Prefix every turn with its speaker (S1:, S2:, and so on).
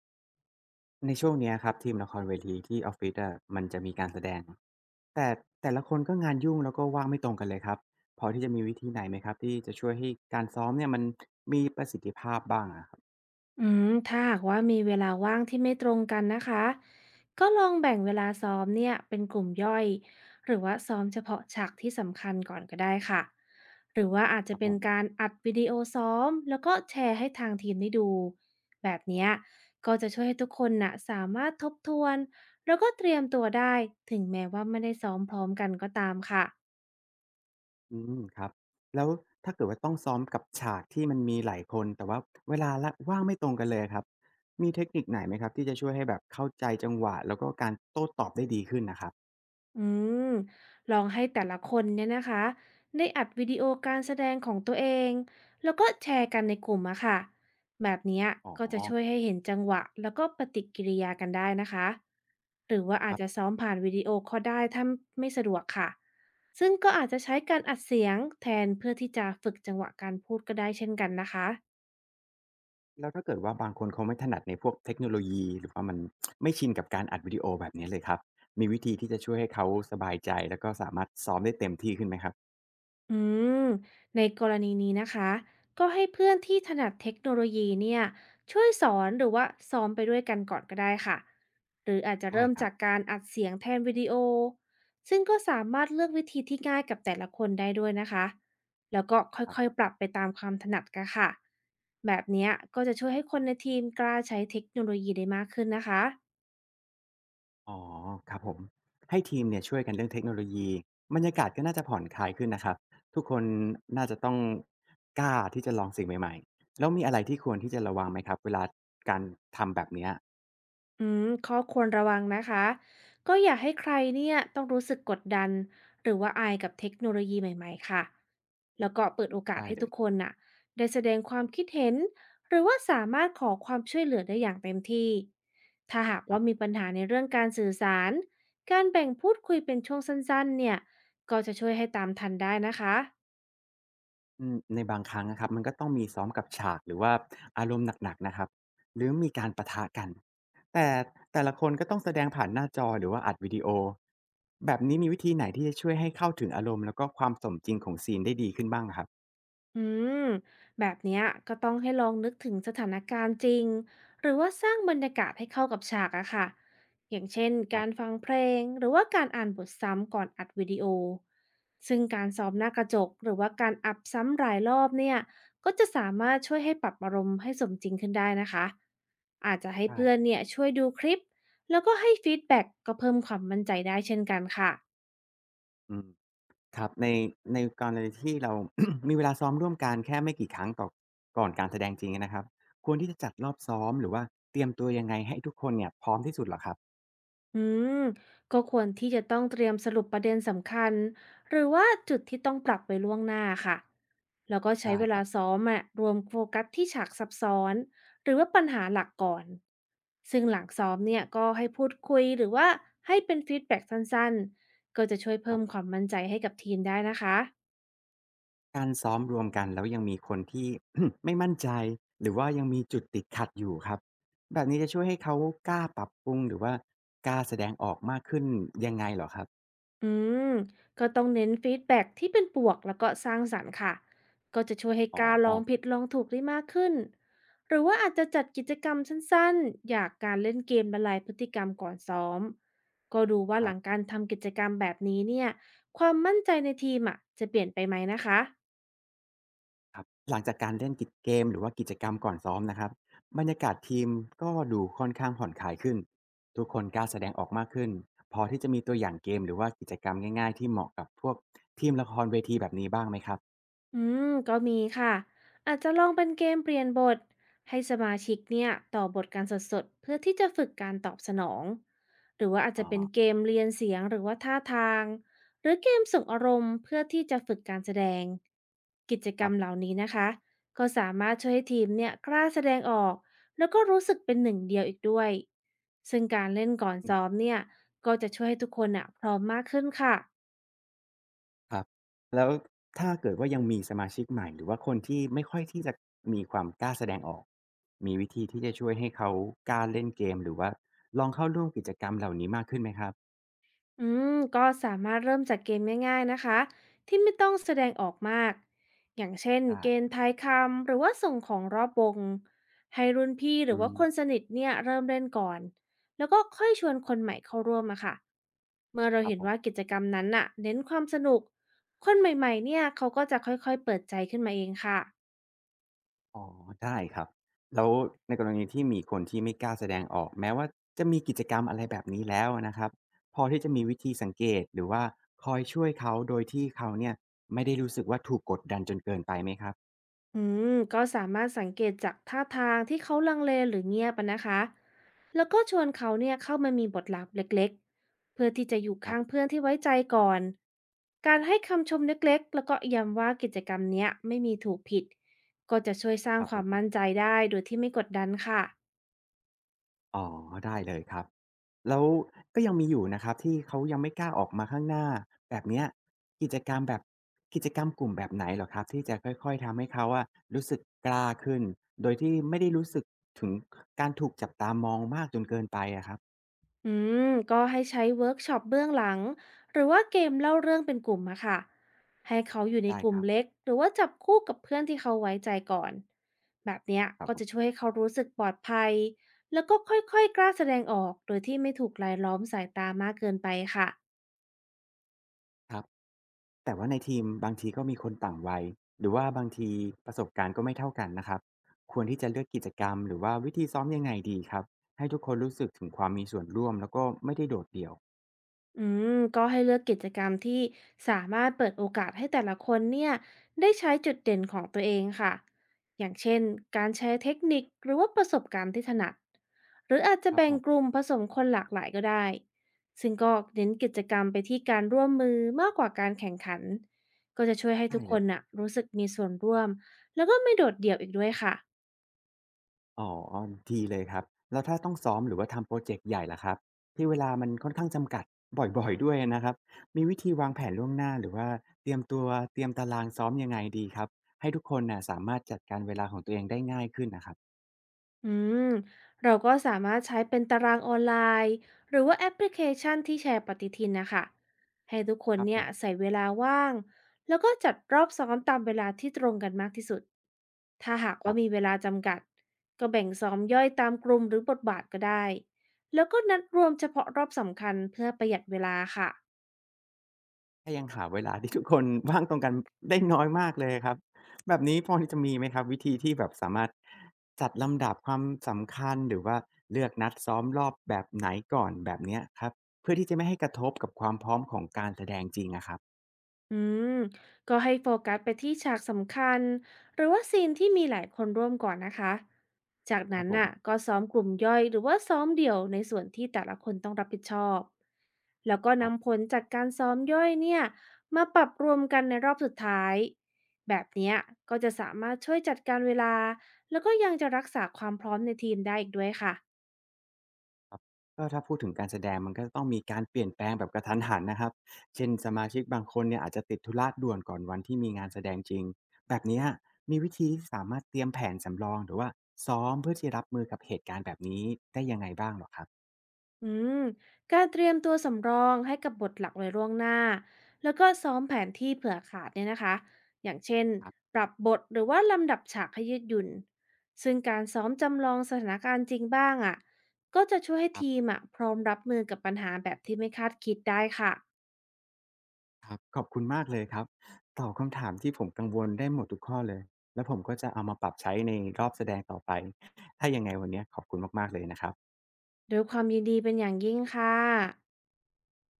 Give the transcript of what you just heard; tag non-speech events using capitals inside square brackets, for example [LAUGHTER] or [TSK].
S1: ในช่วงเนี้ยครับทีมละครเวทีที่ออฟฟิศอะมันจะมีการแสดงแต่แต่ละคนก็งานยุ่งแล้วก็ว่างไม่ตรงกันเลยครับพอที่จะมีวิธีไหนไหมครับที่จะช่วยให้การซ้อมเนี่ยมันมีประสิทธิภาพบ้างอะครับ
S2: ถ้าหากว่ามีเวลาว่างที่ไม่ตรงกันนะคะ ก็ลองแบ่งเวลาซ้อมเนี่ยเป็นกลุ่มย่อยหรือว่าซ้อมเฉพาะฉากที่สำคัญก่อนก็ได้ค่ะ หรือว่าอาจ
S1: ค
S2: จะ
S1: รับผ
S2: เป็นกา
S1: ม
S2: รอัดวิดีโอซ้อมแล้วก็แชร์ให้ทางทีมได้ดูแบบเนี้ยก็จะช่วยให้ทุกคนน่ะสามารถทบทวนแล้วก็เตรียมตัวได้ถึงแม้ว่าไม่ได้ซ้อมพร้อมกันก็ตามค่ะ
S1: อืมครับแล้วถ้าเกิดว่าต้องซ้อมกับฉากที่มันมีหลายคนแต่ว่าเวลาละว่างไม่ตรงกันเลยครับมีเทคนิคไหนไหมครับที่จะช่วยให้แบบเข้าใจจังหวะแล้วก็การโต้ตอบได้ดีขึ้นนะครับ
S2: อืมลองให้แต่ละคนเนี่ยนะคะได้อัดวิดีโอการแสดงของตัวเองแล้วก็แชร์กันในกลุ่มอะค่ะแบบเนี้ย
S1: อ๋อ
S2: ก็จะช่วยให้เห็นจังหวะแล้วก็ปฏิกิริยากันได้นะคะหรือว่าอาจจะซ้อมผ่านวิดีโอก็ได้ถ้าไม่สะดวกค่ะซึ่งก็อาจจะใช้การอัดเสียงแทนเพื่อที่จะฝึกจังหวะการพูดก็ได้เช่นกันนะคะ
S1: แล้วถ้าเกิดว่าบางคนเขาไม่ถนัดในพวกเทคโนโลยีหรือว่ามัน [TSK] ไม่ชินกับการอัดวิดีโอแบบนี้เลยครับมีวิธีที่จะช่วยให้เขาสบายใจแล้วก็สามารถซ้อมได้เต็มที่ขึ้นไหมครับ
S2: อืมในกรณีนี้นะคะก็ให้เพื่อนที่ถนัดเทคโนโลยีเนี่ยช่วยสอนหรือว่าซ้อมไปด้วยกันก่อนก็ได้ค่ะหรืออาจจะ
S1: ได้
S2: เริ่ม
S1: ครับ
S2: จากการอัดเสียงแทนวิดีโอซึ่งก็สามารถเลือกวิธีที่ง่ายกับแต่ละคนได้ด้วยนะคะแล้วก็ค
S1: ครั
S2: ่อย
S1: บ
S2: ๆปรับไปตามความถนัดกันค่ะแบบเนี้ยก็จะช่วยให้คนในทีมกล้าใช้เทคโนโลยีได้มากขึ้นนะคะ
S1: อ๋อครับผมให้ทีมเนี่ยช่วยกันเรื่องเทคโนโลยีบรรยากาศก็น่าจะผ่อนคลายขึ้นนะครับทุกคนน่าจะต้องกล้าที่จะลองสิ่งใหม่ๆแล้วมีอะไรที่ควรที่จะระวังไหมครับเวลาการทำแบบเนี้ย
S2: ข้อควรระวังนะคะก็อย่าให้ใครเนี่ยต้องรู้สึกกดดันหรือว่าอายกับเทคโนโลยีใหม่ๆค่ะแล้วก็เปิดโอกาส
S1: ได้
S2: ให้
S1: เล
S2: ทุ
S1: ย
S2: กคนน่ะได้แสดงความคิดเห็นหรือว่าสามารถขอความช่วยเหลือได้อย่างเต็มที่ถ้าหากว่ามีปัญหาในเรื่องการสื่อสารการแบ่งพูดคุยเป็นช่วงสั้นๆเนี่ยก็จะช่วยให้ตามทันได้นะคะ
S1: อืมในบางครั้งนะครับมันก็ต้องมีซ้อมกับฉากหรือว่าอารมณ์หนักๆนะครับหรือมีการปะทะกันแต่แต่ละคนก็ต้องแสดงผ่านหน้าจอหรือว่าอัดวิดีโอแบบนี้มีวิธีไหนที่จะช่วยให้เข้าถึงอารมณ์แล้วก็ความสมจริงของซีนได้ดีขึ้นบ้างอะครับ
S2: อืมแบบเนี้ยก็ต้องให้ลองนึกถึงสถานการณ์จริงหรือว่าสร้างบรรยากาศให้เข้ากับฉากอะค่ะอย่างเช่น
S1: ครั
S2: การ
S1: บ
S2: ฟังเพลงหรือว่าการอ่านบทซ้ำก่อนอัดวิดีโอซึ่งการซ้อมหน้ากระจกหรือว่าการอัพซ้ำหลายรอบเนี่ยก็จะสามารถช่วยให้ปรับอารมณ์ให้สมจริงขึ้นได้นะคะอาจจะให้
S1: ใช่
S2: เพื่อนเนี่ยช่วยดูคลิปแล้วก็ให้ฟีดแบ็กก็เพิ่มความมั่นใจได้เช่นกันค่ะ
S1: อืมครับในกรณีที่เรา [COUGHS] มีเวลาซ้อมร่วมกันแค่ไม่กี่ครั้งต่อก่อนการแสดงจริงอะนะครับควรที่จะจัดรอบซ้อมหรือว่าเตรียมตัวยังไงให้ทุกคนเนี่ยพร้อมที่สุดเหรอครับ
S2: อืมก็ควรที่จะต้องเตรียมสรุปประเด็นสำคัญหรือว่าจุดที่ต้องปรับไปล่วงหน้าค่ะแล้วก็ใช้
S1: ได้
S2: เว
S1: ค
S2: ลา
S1: รับ
S2: ซ้อมอะรวมโฟกัสที่ฉากซับซ้อนหรือว่าปัญหาหลักก่อนซึ่งหลังซ้อมเนี่ยก็ให้พูดคุยหรือว่าให้เป็นฟีดแบ็กสั้นๆก็จะช่วยเพิ่มความมั่นใจให้กับทีมได้นะคะ
S1: การซ้อมรวมกันแล้วยังมีคนที่ [COUGHS] [CLEARS THROAT] ไม่มั่นใจหรือว่ายังมีจุดติดขัดอยู่ครับแบบนี้จะช่วยให้เขากล้าปรับปรุงหรือว่ากล้าแสดงออกมากขึ้นยังไงเหรอครับ
S2: อืม ก็ต้องเน้นฟีดแบ็กที่เป็นบวกแล้วก็สร้างสรรค์ค่ะ ก็จะช่วยให้
S1: อ๋อ
S2: กล้ารลองผิดลองถูกได้มากขึ้น หรือว่าอาจจะจัดกิจกรรมสั้นๆ อยากการเล่นเกมละลายพฤติกรรมก่อนซ้อม ก็ดูว่า
S1: ค
S2: ห
S1: รั
S2: ลั
S1: บ
S2: งการทำกิจกรรมแบบนี้เนี่ย ความมั่นใจในทีมอ่ะจะเปลี่ยนไปไหมนะคะ
S1: หลังจากการเล่นกิจเกมหรือว่ากิจกรรมก่อนซ้อมนะครับบรรยากาศทีมก็ดูค่อนข้างผ่อนคลายขึ้นทุกคนกล้าแสดงออกมากขึ้นพอที่จะมีตัวอย่างเกมหรือว่ากิจกรรมง่ายๆที่เหมาะกับพวกทีมละครเวทีแบบนี้บ้างไหมครับ
S2: อืก็มีค่ะอาจจะลองเป็นเกมเปลี่ยนบทให้สมาชิกเนี่ยต่อบทการสดๆเพื่อที่จะฝึกการตอบสนองหรือว่าอาจ
S1: อ๋
S2: จะ
S1: อ
S2: เป็นเกมเรียนเสียงหรือว่าท่าทางหรือเกมส่งอารมณ์เพื่อที่จะฝึกการแสดงกิจก
S1: ค
S2: ร
S1: รั
S2: รมเห
S1: บ
S2: ล่านี้นะคะก็สามารถช่วยให้ทีมเนี่ยกล้าแสดงออกแล้วก็รู้สึกเป็นหนึ่งเดียวอีกด้วยซึ่งการเล่นก่อนซ้อมเนี่ยก็จะช่วยให้ทุกคนอ่ะพร้อมมากขึ้นค่ะ
S1: ครับแล้วถ้าเกิดว่ายังมีสมาชิกใหม่หรือว่าคนที่ไม่ค่อยที่จะมีความกล้าแสดงออกมีวิธีที่จะช่วยให้เขากล้าเล่นเกมหรือว่าลองเข้าร่วมกิจกรรมเหล่านี้มากขึ้นไหมครับ
S2: ก็สามารถเริ่มจากเกมง่ายๆนะคะที่ไม่ต้องแสดงออกมากอย่างเช่น
S1: ได้
S2: เกณฑ์ทายคำหรือว่าส่งของรอบวงให้รุ่นพี่ห
S1: อื
S2: รือว่า
S1: ม
S2: คนสนิทเนี่ยเริ่มเล่นก่อนแล้วก็ค่อยชวนคนใหม่เข้าร่วมอะค่ะเมื่อเรา
S1: ครับ
S2: เห็น
S1: ผ
S2: ว่า
S1: ม
S2: กิจกรรมนั้นน่ะเน้นความสนุกคนใหม่ๆเนี่ยเขาก็จะค่อยๆเปิดใจขึ้นมาเองค่ะ
S1: อ๋อได้ครับแล้วในกรณีที่มีคนที่ไม่กล้าแสดงออกแม้ว่าจะมีกิจกรรมอะไรแบบนี้แล้วอะนะครับพอที่จะมีวิธีสังเกตหรือว่าคอยช่วยเขาโดยที่เขาเนี่ยไม่ได้รู้สึกว่าถูกกดดันจนเกินไปไหมครับ
S2: อืมก็สามารถสังเกตจากท่าทางที่เขาลังเลหรือเงียบอะนะคะ แล้วก็ชวนเขาเนี่ยเข้ามามีบทลับเล็กๆ เพื่อที่จะอยู่
S1: ครั
S2: ข้าง
S1: บ
S2: เพื่อนที่ไว้ใจก่อน การให้คำชมเล็กๆ แล้วก็ย้ำว่ากิจกรรมเนี้ยไม่มีถูกผิด ก็จะช่วยสร้า
S1: ค
S2: ง
S1: รับ
S2: ค
S1: ผ
S2: วามมั่น
S1: ม
S2: ใจได้โดยที่ไม่กดดันค่ะ
S1: อ๋อได้เลยครับแล้วก็ยังมีอยู่นะครับที่เขายังไม่กล้าออกมาข้างหน้าแบบเนี้ยกิจกรรมแบบกิจกรรมกลุ่มแบบไหนเหรอครับที่จะค่อยๆทำให้เขาอะรู้สึกกล้าขึ้นโดยที่ไม่ได้รู้สึกถึงการถูกจับตามองมากจนเกินไปอะครับ
S2: อืมก็ให้ใช้เวิร์กช็อปเบื้องหลังหรือว่าเกมเล่าเรื่องเป็นกลุ่มอะค่ะให้เขาอยู่ใน
S1: ได้
S2: ก
S1: ค
S2: ลุ่ม
S1: รับ
S2: เล็กหรือว่าจับคู่กับเพื่อนที่เขาไว้ใจก่อนแบบเนี้ย
S1: ครับ
S2: ก็
S1: ผ
S2: จะช่
S1: ม
S2: วยให้เขารู้สึกปลอดภัยแล้วก็ค่อยๆกล้าแสดงออกโดยที่ไม่ถูกลายล้อมสายตามากเกินไปค่ะ
S1: ครับแต่ว่าในทีมบางทีก็มีคนต่างวัยหรือว่าบางทีประสบการณ์ก็ไม่เท่ากันนะครับควรที่จะเลือกกิจกรรมหรือว่าวิธีซ้อมยังไงดีครับให้ทุกคนรู้สึกถึงความมีส่วนร่วมแล้วก็ไม่ได้โดดเดี่ยว
S2: อืมก็ให้เลือกกิจกรรมที่สามารถเปิดโอกาสให้แต่ละคนเนี่ยได้ใช้จุดเด่นของตัวเองค่ะอย่างเช่นการใช้เทคนิคหรือว่าประสบการณ์ที่ถนัดหรืออาจจะ
S1: ครับ
S2: แบ่
S1: ผ
S2: งก
S1: ม
S2: ลุ่มผสมคนหลากหลายก็ได้ซึ่งก็เน้นกิจกรรมไปที่การร่วมมือมากกว่าการแข่งขันก็จะช่วยให้
S1: ได้
S2: ทุก
S1: เล
S2: ค
S1: ย
S2: นน่ะรู้สึกมีส่วนร่วมแล้วก็ไม่โดดเดี่ยวอีกด้วยค่ะ
S1: อ๋อดีเลยครับแล้วถ้าต้องซ้อมหรือว่าทำโพรเจกต์ใหญ่ล่ะครับที่เวลามันค่อนข้างจำกัดบ่อยๆด้วยนะครับ มีวิธีวางแผนล่วงหน้าหรือว่าเตรียมตัวเตรียมตารางซ้อมยังไงดีครับ ให้ทุกคนน่ะสามารถจัดการเวลาของตัวเองได้ง่ายขึ้นน่ะครับ
S2: อืมเราก็สามารถใช้เป็นตารางออนไลน์หรือว่าแอปพลิเคชันที่แชร์ปฏิทินนะคะให้ทุกค
S1: ค
S2: น
S1: รับผ
S2: เนี่ย
S1: ม
S2: ใส่เวลาว่างแล้วก็จัดรอบซ้อมตามเวลาที่ตรงกันมากที่สุดถ้าหาก
S1: ครั
S2: ว่ามี
S1: บ
S2: เวลาจำกัดก็แบ่งซ้อมย่อยตามกลุ่มหรือบทบาทก็ได้แล้วก็นัดรวมเฉพาะรอบสำคัญเพื่อประหยัดเวลาค่ะ
S1: ถ้ายังหาเวลาที่ทุกคนว่างตรงกันได้น้อยมากเลยครับแบบนี้พอที่จะมีไหมครับวิธีที่แบบสามารถจัดลำดับความสำคัญหรือว่าเลือกนัดซ้อมรอบแบบไหนก่อนแบบเนี้ยครับเพื่อที่จะไม่ให้กระทบกับความพร้อมของการแสดงจริงอะครับ
S2: อืมก็ให้โฟกัสไปที่ฉากสำคัญหรือว่าซีนที่มีหลายคนร่วมก่อนนะคะ จาก
S1: ครับ
S2: นั้น
S1: ผ
S2: น่ะ
S1: ม
S2: ก็ซ้อมกลุ่มย่อยหรือว่าซ้อมเดี่ยวในส่วนที่แต่ละคนต้องรับผิดชอบ แล้วก็
S1: ครั
S2: นำผ
S1: บ
S2: ลจากการซ้อมย่อยเนี่ยมาปรับรวมกันในรอบสุดท้าย แบบเนี้ยก็จะสามารถช่วยจัดการเวลาแล้วก็ยังจะรักษาความพร้อมในทีมได้อีกด้วยค่ะ
S1: ก็ถ้าพูดถึงการแสดงมันก็ต้องมีการเปลี่ยนแปลงแบบกระทันหันนะครับเช่นสมาชิกบางคนเนี่ยอาจจะติดธุระด่วนก่อนวันที่มีงานแสดงจริงแบบเนี้ยมีวิธีที่สามารถเตรียมแผนสำรองหรือว่าซ้อมเพื่อที่รับมือกับเหตุการณ์แบบนี้ได้ยังไงบ้างเหรอครับ
S2: อืมการเตรียมตัวสำรองให้กับบทหลักไว้ล่วงหน้าแล้วก็ซ้อมแผนที่เผื่อขาดเนี่ยนะคะอย่างเช่น
S1: ครับ
S2: ปรับบทหรือว่าลำดับฉากให้ยืดหยุ่นซึ่งการซ้อมจำลองสถานการณ์จริงบ้างอ่ะก็จะช่วยให้
S1: ครั
S2: ทีม
S1: บ
S2: อ่ะพร้อมรับมือกับปัญหาแบบที่ไม่คาดคิดได้ค่ะ
S1: ครับขอบคุณมากเลยครับตอบคำถามที่ผมกังวลได้หมดทุกข้อเลยแล้วผมก็จะเอามาปรับใช้ในรอบแสดงต่อไปถ้ายังไงวันเนี้ยขอบคุณมากๆเลยนะครับ
S2: ด้วยความยินดีเป็นอย่างยิ่งค่ะ